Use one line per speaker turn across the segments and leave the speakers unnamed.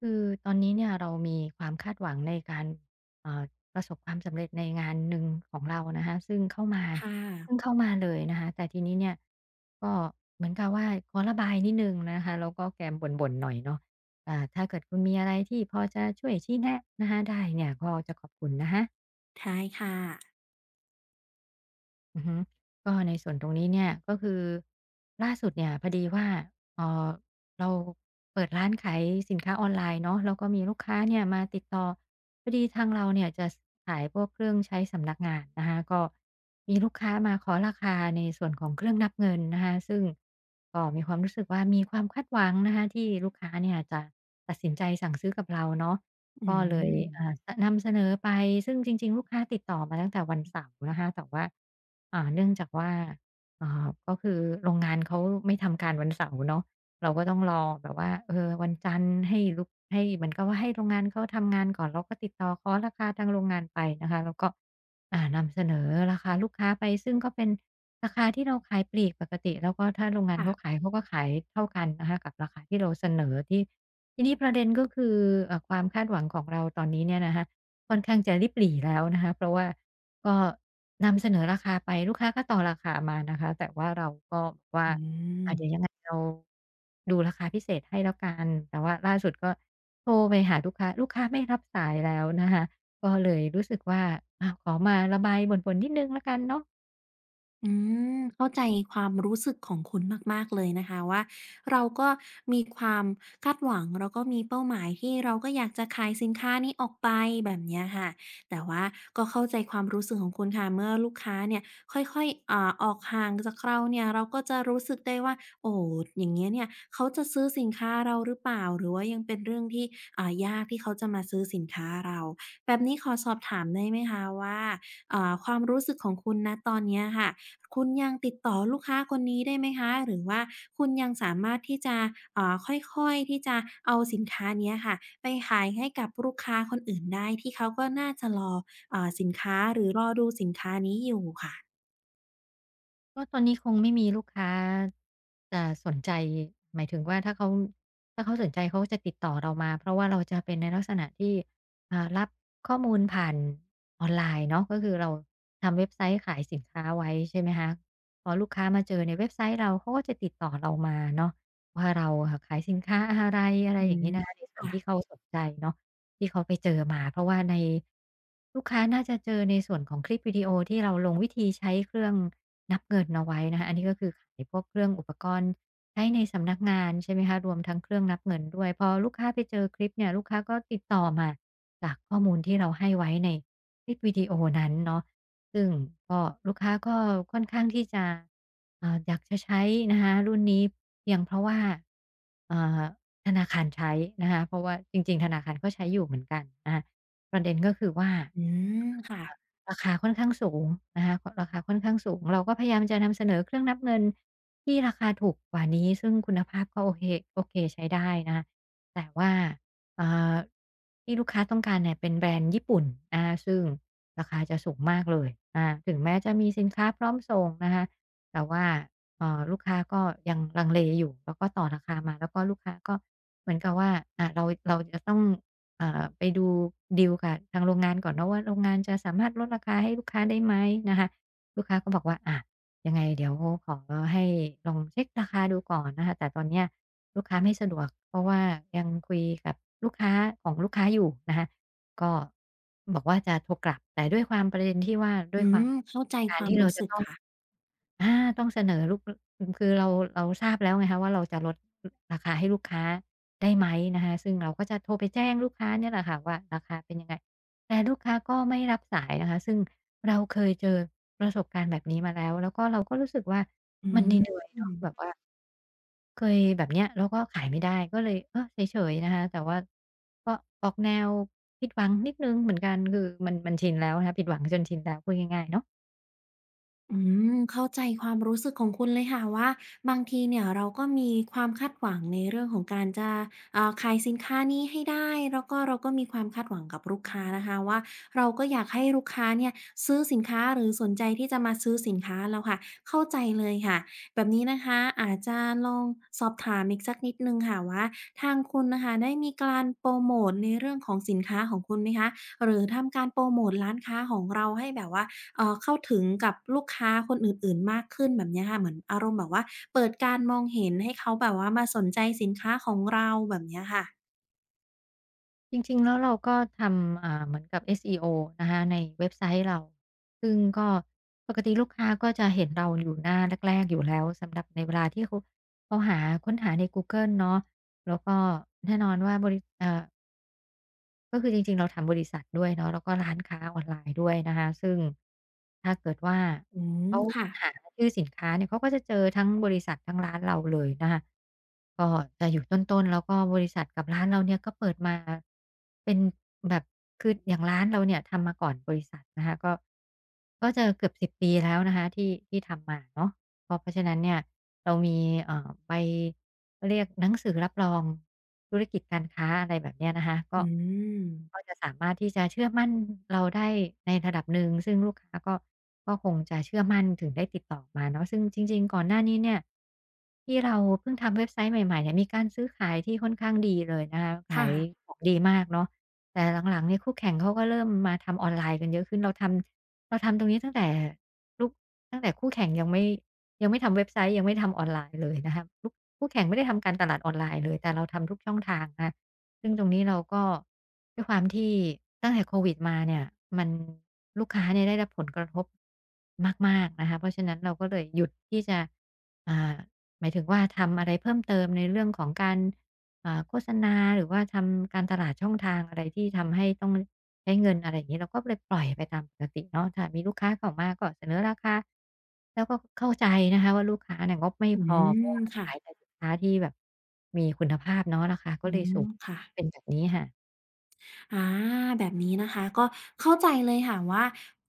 คือตอนนี้เนี่ยเรามีความคาดหวังในการเอ่อประสบความสำเร็จในงานหนึ่งของเรานะคะซึ่งเข้ามา
ค่ะ
ซึ่งเข้ามาเลยนะคะแต่ทีนี้เนี่ยก็เหมือนกับว่าขอเราแกมบ่นๆหน่อยเนาะถ้าเกิดคุณมีอะไรที่พอจะช่วยชี้แนะนะคะได้เนี่ยก็จะขอบคุณนะคะ
ใช่ค่ะ
อือฮึก็ในส่วนตรงนี้เนี่ยก็คือล่าสุดเนี่ยพอดีว่าเอ่อเราเปิดร้านขายสินค้าออนไลน์เนาะแล้วก็มีลูกค้าเนี่ยมาติดต่อพอดีทางเราเนี่ยจะสขายพวกเครื่องใช้สำนักงานนะคะก็มีลูกค้ามาขอราคาในส่วนของเครื่องนับเงินนะคะซึ่งก็มีความรู้สึกว่ามีความคาดหวังนะคะที่ลูกค้าเนี่ยจะตัดสินใจสั่งซื้อกับเราเนาะ
อื
ก็เลย
ม
อ่านำเสนอไปซึ่งจริงๆลูกค้าติดต่อมาตั้งแต่วันเสาร์นะคะแต่ว่าเนื่องจากว่าก็คือโรงงานเขาไม่ทำการวันเสาร์เนาะเราก็ต้องรอแบบว่าเออวันจันทร์ให้ลูกให้เหมือนกับว่าให้โรงงานเขาทำงานก่อนเราก็ติดต่อขอราคาทางโรงงานไปนะคะแล้วก็นำเสนอราคาลูกค้าไปซึ่งก็เป็นราคาที่เราขายปลีกปกติแล้วก็ถ้าโรงงานเขา
ค่ะ
ขายเขาก็ขายเท่ากันนะคะกับราคาที่เราเสนอที่ ทีนี้ประเด็นก็คือความคาดหวังของเราตอนนี้เนี่ยนะคะค่อนข้างจะริบหรี่แล้วนะคะเพราะว่าก็นำเสนอราคาไปลูกค้าก็ต่อราคามานะคะแต่ว่าเราก็บอกว่า
อืม
อ่าจจะเดี๋ยวยังไงเราดูราคาพิเศษให้แล้วกันแต่ว่าล่าสุดก็โทรไปหาลูกค้าลูกค้าไม่รับสายแล้วนะคะก็เลยรู้สึกว่าอ้าวขอมาระบายบ่นๆนิดนึงแล้วกันเนาะ
อืเข้าใจความรู้สึกของคุณมากๆเลยนะคะว่าเราก็มีความคาดหวังแล้วก็มีเป้าหมายที่เราก็อยากจะขายสินค้านี้ออกไปแบบเนี้ยค่ะแต่ว่าก็เข้าใจความรู้สึกของคุณค่ะเมื่อลูกค้าเนี่ยค่อยๆออกห่างจากเราเนี่ยเราก็จะรู้สึกได้ว่าโอ้โฮอย่างเงี้ยเนี่ยเขาจะซื้อสินค้าเราหรือเปล่าหรือว่ายังเป็นเรื่องที่ยากที่เขาจะมาซื้อสินค้าเราแบบนี้ขอสอบถามได้ไหมคะว่าความรู้สึกของคุณณตอนเนี้ยค่ะ คุณยังติดต่อลูกค้าคนนี้ได้ไหมคะหรือว่าคุณยังสามารถที่จะค่อยๆที่จะเอาสินค้าเนี้ยค่ะไปขายให้กับลูกค้าคนอื่นได้ที่เขาก็น่าจะรอสินค้าหรือรอดูสินค้านี้อยู่ค่ะ
ก็ตอนนี้คงไม่มีลูกค้าจะสนใจหมายถึงว่าถ้าเขาสนใจเขาก็จะติดต่อเรามาเพราะว่าเราจะเป็นในลักษณะที่รับข้อมูลผ่านออนไลน์เนาะก็คือเราทำเว็บไซต์ขายสินค้าไว้ใช่ไหมคะพอลูกค้ามาเจอในเว็บไซต์เราเขาก็จะติดต่อเรามาเนาะว่าเราอะขายสินค้าอะไรอะไร
อื
อย่าง
ม
งี้นะคะในส่วน
ค่ะ
ที่เขาสนใจเนาะ ที่เขาไปเจอมาเพราะว่าในลูกค้าน่าจะเจอในส่วนของคลิปวิดีโอที่เราลงวิธีใช้เครื่องนับเงินเอาไว้นะคะอันนี้ก็คือขายพวกเครื่องอุปกรณ์ใช้ในสำนักงานใช่ไหมคะรวมทั้งเครื่องนับเงินด้วยพอลูกค้าไปเจอคลิปเนี่ยลูกค้าก็ติดต่อมาจากข้อมูลที่เราให้ไว้ในคลิปวิดีโอนั้นเนาะ ซึ่งก็ลูกค้าก็ค่อนข้างที่จะอยากจะใช้นะคะรุ่นนี้เพียงเพราะว่าอ่าธนาคารใช้นะคะเพราะว่าจริงๆธนาคารก็ใช้อยู่เหมือนกันนะคะประเด็นก็คือว่า
อืมค่ะ
ราคาค่อนข้างสูงนะคะราคาค่อนข้างสูงเราก็พยายามจะนำเสนอเครื่องนับเงินที่ราคาถูกกว่านี้ซึ่งคุณภาพก็โอเคโอเคใช้ได้นะคะแต่ว่าอ่าที่ลูกค้าต้องการเนี่ยเป็นแบรนด์ญี่ปุ่นนะคะซึ่งราคาจะสูงมากเลยอาถึงแม้จะมีสินค้าพร้อมส่งนะคะแต่ว่าลูกค้าก็ยังลังเลอยู่แล้วก็ต่อราคามาแล้วก็ลูกค้าก็เหมือนกับว่าเราจะต้อง ไปดูดีลกับทางโรงงานก่อนเนาะว่าโรงงานจะสามารถลดราคาให้ลูกค้าได้ไหมนะคะลูกค้าก็บอกว่าอะยังไงเดี๋ยวขอให้ลองเช็กราคาดูก่อนนะคะแต่ตอนเนี้ยลูกค้าไม่สะดวกเพราะว่ายังคุยกับลูกค้าของลูกค้าอยู่นะคะก็บอกว่าจะโทรกลับแต่ด้วยความประเด็นที่ว่าด้ว
อื
ยความ
มเข้าใจ
กา
ค
ร
วาม
ที่เรา
รู้
จะ
สึก
ต้อง
ค่ะ
อาต้องเสนอลูกอมคือเราเราทราบแล้วไงคะว่าเราจะลดอราคาให้ลูกค้าได้ไหมนะคะซึ่งเราก็จะโทรไปแจ้งลูกค้าเนี่ยแหละค่ะว่าราคาเป็นยังไงแต่ลูกค้าก็ไม่รับสายนะคะซึ่งเราเคยเจอแล้วก็เราก็รู้สึกว่า
อื
มันเหนื่อยๆเนาะ
ม
แบบว่าเคยแบบเนี้ยแล้วก็ขายไม่ได้ก็เลยเออเฉยๆนะคะแต่ว่าก็ออกแนวผิดหวังนิดหนึ่งเหมือนกันคือมันชินแล้วนะคะผิดหวังจนชินแล้วพูดง่ายๆเนาะ
อืเข้าใจความรู้สึกของคุณเลยค่ะว่าบางทีเนี่ยเราก็มีความคาดหวังในเรื่องของการจะขายสินค้านี้ให้ได้แล้วก็เราก็มีความคาดหวังกับลูกค้านะคะว่าเราก็อยากให้ลูกค้าเนี่ยซื้อสินค้าหรือสนใจที่จะมาซื้อสินค้าเราค่ะเข้าใจเลยค่ะแบบนี้นะคะอาจจะลองสอบถามอีกสักนิดนึงค่ะว่าทางคุณนะคะได้มีการโปรโมทในเรื่องของสินค้าของคุณไหมคะหรือทำการโปรโมทร้านค้าของเราให้แบบว่า เข้าถึงกับลูกค้าคนอื่นๆมากขึ้นแบบเนี้ยค่ะเหมือนอารมณ์แบบว่าเปิดการมองเห็นให้เขาแบบว่ามาสนใจสินค้าของเราแบบเนี้ยค่ะ
จริงๆแล้วเราก็ทำเหมือนกับ SEO นะคะในเว็บไซต์เรา ซึ่งก็ปกติลูกค้าก็จะเห็นเราอยู่หน้าแรกๆอยู่แล้วสำหรับในเวลาที่เขาหาค้นหาในกูเกิลเนาะแล้วก็แน่นอนว่าบริเอ่อ ก็คือจริงๆเราทำบริษัทด้วยเนาะแล้วก็ร้านค้าออนไลน์ด้วยนะคะซึ่งถ้าเกิดว่า
อืม
เขา
ค่ะ
ค้นหาชื่อสินค้าเนี่ยเขาก็จะเจอทั้งบริษัททั้งร้านเราเลยนะคะก็จะอยู่ต้นๆแล้วก็บริษัทกับร้านเราเนี่ยก็เปิดมาเป็นแบบคืออย่างร้านเราเนี่ยทำมาก่อนบริษัทนะคะก็จะเกือบสิบปีแล้วนะคะที่ทำมาเนาะ เพราะฉะนั้นเนี่ยเรามีเอ่อใบเรียกหนังสือรับรองธุรกิจการค้าอะไรแบบเนี้ยนะคะก็
อืม
ก็จะสามารถที่จะเชื่อมั่นเราได้ในระดับหนึ่งซึ่งลูกค้าก็คงจะเชื่อมั่นถึงได้ติดต่อมาเนาะซึ่งจริงๆก่อนหน้านี้เนี่ยที่เราเพิ่งทำเว็บไซต์ใหม่ๆเนี่ยมีการซื้อขายที่ค่อนข้างดีเลยนะคะขา
ค่ะ
ยของดีมากเนาะแต่หลังๆเนี่ยคู่แข่งเขาก็เริ่มมาทำออนไลน์กันเยอะขึ้นเราทำตรงนี้ตั้งแต่ลูกตั้งแต่คู่แข่งยังไม่ ทำเว็บไซต์ยังไม่ทำออนไลน์เลยนะคะลกคู่แข่งไม่ได้ทำการตลาดออนไลน์เลยแต่เราทำทุกช่องทางนะคะซึ่งตรงนี้เราก็ด้วยความที่ตั้งแต่โควิดมาเนี่ยมันลูกค้าเนี่ยได้รับผลกระทบมากๆนะคะเพราะฉะนั้นเราก็เลยหยุดที่จะอ่าหมายถึงว่าทำอะไรเพิ่มเติมในเรื่องของการ โฆษณาหรือว่าทำการตลาดช่องทางอะไรที่ทำให้ต้องใช้เงินอะไรอย่างงี้เราก็เลยปล่อยไปตามปกติเนาะถ้ามีลูกค้าเข้ามาก็เสนอราคาแล้วก็เข้าใจนะคะว่าลูกค้าเนี่ยงบไม่
อื
พอเพราะ
ม
ว่าเรา
ค่ะ
ขายแต่สินค้าที่แบบมีคุณภาพเนาะราคาก็
อื
เลยสู
ม
ง
ค่ะ
เป็นแบบนี้ค่ะ
อาแบบนี้นะคะก็เข้าใจเลยค่ะว่า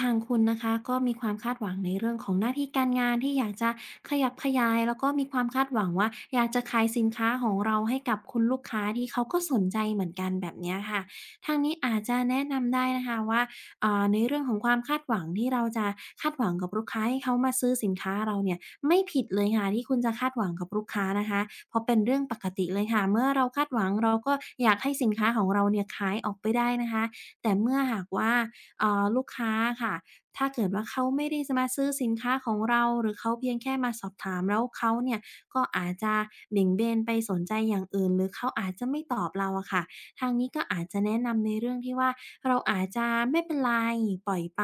ทางคุณนะคะก็มีความคาดหวังในเรื่องของหน้าที่การงานที่อยากจะขยับขยายแล้วก็มีความคาดหวังว่าอยากจะขายสินค้าของเราให้กับคุณลูกค้าที่เขาก็สนใจเหมือนกันแบบเนี้ยค่ะทางนี้อาจจะแนะนำได้นะคะว่าในเรื่องของความคาดหวังที่เราจะคาดหวังกับลูกค้าให้เขามาซื้อสินค้าเราเนี่ย ไม่ผิดเลยค่ะที่คุณจะคาดหวังกับลูกค้านะคะเพราะเป็นเรื่องปกติเลยค่ะเมื่อเราคาดหวังเราก็อยากให้สินค้าของเราเนี่ยขายออกไปได้นะคะแต่เมื่อหากว่าลูกค้าค่ะถ้าเกิดว่าเขาไม่ได้จะมาซื้อสินค้าของเราหรือเขาเพียงแค่มาสอบถามแล้วเขาเนี่ยก็อาจจะเบี่ยงเบนไปสนใจอย่างอื่นหรือเขาอาจจะไม่ตอบเราอะค่ะทางนี้ก็อาจจะแนะนำในเรื่องที่ว่าเราอาจจะไม่เป็นไรปล่อยไป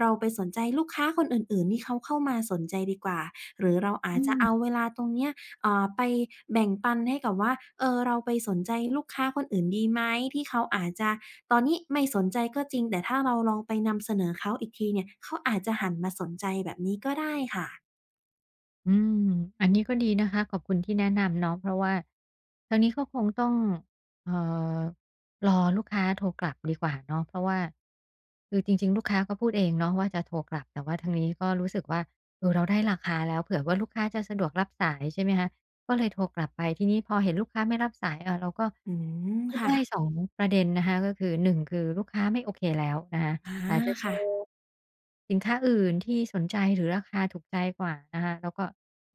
เราไปสนใจลูกค้าคนอื่นๆที่เขาเข้ามาสนใจดีกว่า หรือเราอาจ
อื
จะ
ม
เอาเวลาตรงเนี้ยไปแบ่งปันให้กับว่าเออเราไปสนใจลูกค้าคนอื่นดีไหมที่เขาอาจจะตอนนี้ไม่สนใจก็จริงแต่ถ้าเราลองไปนำเสนอเขาอีกทีเนี่ยเขาอาจจะหันมาสนใจแบบนี้ก็ได้ค่ะ
อืมอันนี้ก็ดีนะคะขอบคุณที่แนะนำเนาะเพราะว่าทางนี้ก็คงต้องเอ่อรอลูกค้าโทรกลับดีกว่าเนาะเพราะว่าคือจริงๆลูกค้าก็พูดเองเนาะว่าจะโทรกลับแต่ว่าทางนี้ก็รู้สึกว่าเออเราได้ราคาแล้วเผื่อว่าลูกค้าจะสะดวกรับสายใช่ไหมคะก็เลยโทรกลับไปทีนี้พอเห็นลูกค้าไม่รับสายเออเราก็
อืม
คิด
ค่ะ
ได้สองประเด็นนะคะก็คือหนึ่งคือลูกค้าไม่โอเคแล้วนะคะ
อา
อาจจะเจอ
ค่ะ
สินค้าอื่นที่สนใจหรือราคาถูกใจกว่านะคะแล้วก็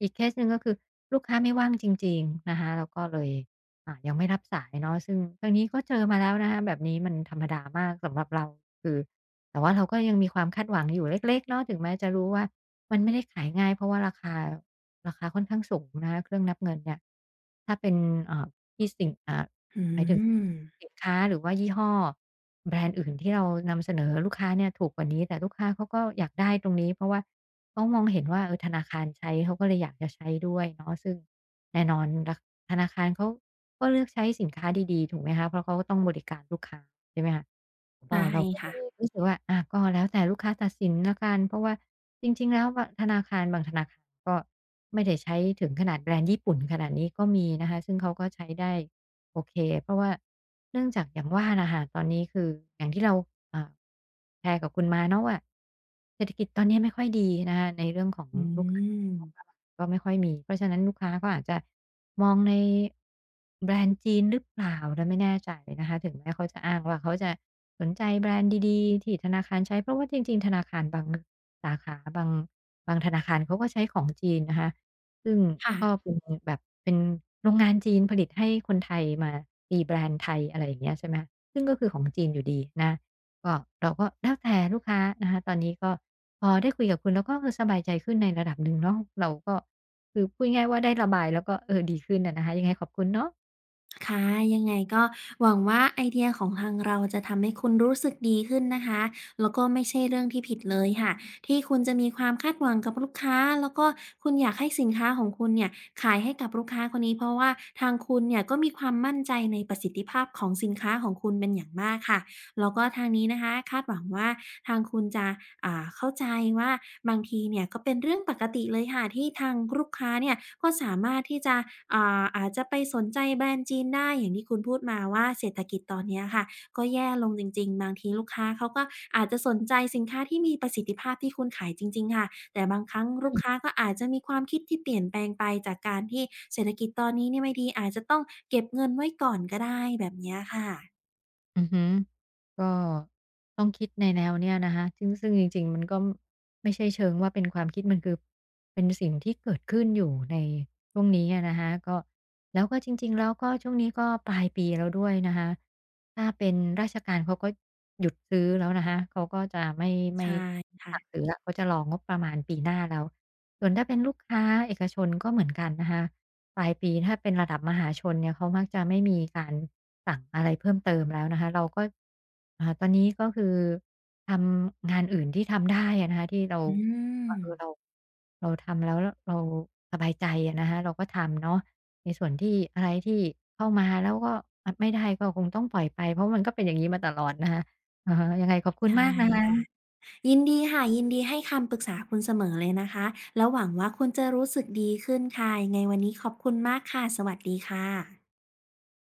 อีกเคสหนึ่งก็คือลูกค้าไม่ว่างจริงๆนะคะแล้วก็เลยยังไม่รับสายเนาะซึ่งทางนี้ก็เจอมาแล้วนะคะแบบนี้มันธรรมดามากสำหรับเราคือแต่ว่าเราก็ยังมีความคาดหวังอยู่เล็กๆเนาะถึงแม้จะรู้ว่ามันไม่ได้ขายง่ายเพราะว่าราคาค่อนข้างสูงนะคะเครื่องนับเงินเนี่ยถ้าเป็นเอ่อที่สิ่งอ่า
อื
หมายถึง
ม
สินค้าหรือว่ายี่ห้อแบรนด์อื่นที่เรานำเสนอลูกค้าเนี่ยถูกกว่านี้แต่ลูกค้าเขาก็อยากได้ตรงนี้เพราะว่าเขามองเห็นว่าเออธนาคารใช้เขาก็เลยอยากจะใช้ด้วยเนาะซึ่งแน่นอนธนาคารเขาก็เลือกใช้สินค้าดีๆถูกไหมคะเพราะเขาก็ต้องบริการลูกค้าใช่ไหมคะก็
ใช่
เราก็เล
ค่ะ
ยรู้สึกว่าอาก็แล้วแต่ลูกค้าตัดสินแล้วกันเพราะว่าจริงๆแล้วธนาคารบางธนาคารก็ไม่ได้ใช้ถึงขนาดแบรนด์ญี่ปุ่นขนาดนี้ก็มีนะคะซึ่งเขาก็ใช้ได้ โอเคเพราะว่าเนื่องจากอย่างว่านะคะตอนนี้คืออย่างที่เราอ่าแชร์กับคุณมาเนาะว่าเศรษฐกิจตอนนี้ไม่ค่อยดีนะคะในเรื่องของ
อื
ลูกค้าเนี่ยงบป
ม
ระมาณก็ไม่ค่อยมีเพราะฉะนั้นลูกค้าก็อาจจะมองในแบรนด์จีนหรือเปล่าเราไม่แน่ใจนะคะถึงแม้เขาจะอ้างว่าเขาจะสนใจแบรนด์ดีๆที่ธนาคารใช้เพราะว่าจริงๆธนาคารบางสาขาบางธนาคารเขาก็ใช้ของจีนนะคะ ซึ่ง
ค่ะ
ก็เป็นแบบเป็นโรงงานจีนผลิตให้คนไทยมาตีแบรนด์ไทยอะไรอย่างเงี้ยใช่ไหมคะซึ่งก็คือของจีนอยู่ดีนะก็เราก็แล้วแต่ลูกค้านะคะตอนนี้ก็พอได้คุยกับคุณแล้วก็เออสบายใจขึ้นในระดับหนึ่งเนาะเราก็คือพูดง่ายๆว่าได้ระบายแล้วก็เออดีขึ้นอะนะคะยังไงขอบคุณเนาะ
ค่ะยังไงก็หวังว่าไอเดียของทางเราจะทำให้คุณรู้สึกดีขึ้นนะคะแล้วก็ไม่ใช่เรื่องที่ผิดเลยค่ะที่คุณจะมีความคาดหวังกับลูกค้าแล้วก็คุณอยากให้สินค้าของคุณเนี่ยขายให้กับลูกค้าคนนี้เพราะว่าทางคุณเนี่ยก็มีความมั่นใจในประสิทธิภาพของสินค้าของคุณเป็นอย่างมากค่ะ แล้วก็ทางนี้นะคะคาดหวังว่าทางคุณจะเข้าใจว่าบางทีเนี่ยก็เป็นเรื่องปกติเลยค่ะที่ทางลูกค้าเนี่ยก็สามารถที่จะอาจจะไปสนใจแบรนด์จีนได้อย่างที่คุณพูดมาว่าเศรษฐกิจตอนเนี้ยค่ะก็แย่ลงจริงๆบางทีลูกค้าเขาก็อาจจะสนใจสินค้าที่มีประสิทธิภาพที่คุณขายจริงๆค่ะแต่บางครั้งลูกค้าก็อาจจะมีความคิดที่เปลี่ยนแปลงไปจากการที่เศรษฐกิจตอนนี้เนี่ยไม่ดีอาจจะต้องเก็บเงินไว้ก่อนก็ได้แบบเนี้ยค่ะ
อือฮึ ก็ต้องคิดในแนวเนี้ยนะคะซึ่งจริงๆมันก็ไม่ใช่เชิงว่าเป็นความคิดมันคือเป็นสิ่งที่เกิดขึ้นอยู่ในช่วงนี้อะนะคะก็แล้วก็จริงๆแล้วก็ช่วงนี้ก็ปลายปีแล้วด้วยนะคะถ้าเป็นราชการเขาก็หยุดซื้อแล้วนะคะเขาก็จะไม่ไม่
ใช่
ไม่สั่ง
ค่ะ
ซื้อแล้วเขาจะรองบประมาณปีหน้าแล้วส่วนถ้าเป็นลูกค้าเอกชนก็เหมือนกันนะคะ ปลายปีถ้าเป็นระดับมหาชนเนี่ยเขามักจะไม่มีการสั่งอะไรเพิ่มเติมแล้วนะคะเราก็ตอนนี้ก็คือทำงานอื่นที่ทำได้อะนะคะที่เรา
อืม
ว่าเออเราทำแล้วแล้วเราสบายใจอะนะคะเราก็ทำเนาะในส่วนที่อะไรที่เข้ามาแล้วก็อะไม่ได้ก็คงต้องปล่อยไปเพราะมันก็เป็นอย่างงี้มาตลอดนะคะอะฮะยังไงขอบคุณ
ใช่
มากนะ
ค่ะ
คะ
ยินดีค่ะยินดีให้คำปรึกษาคุณเสมอเลยนะคะแล้วหวังว่าคุณจะรู้สึกดีขึ้นค่ะยังไงวันนี้ขอบคุณมากค่ะสวัสดีค่ะ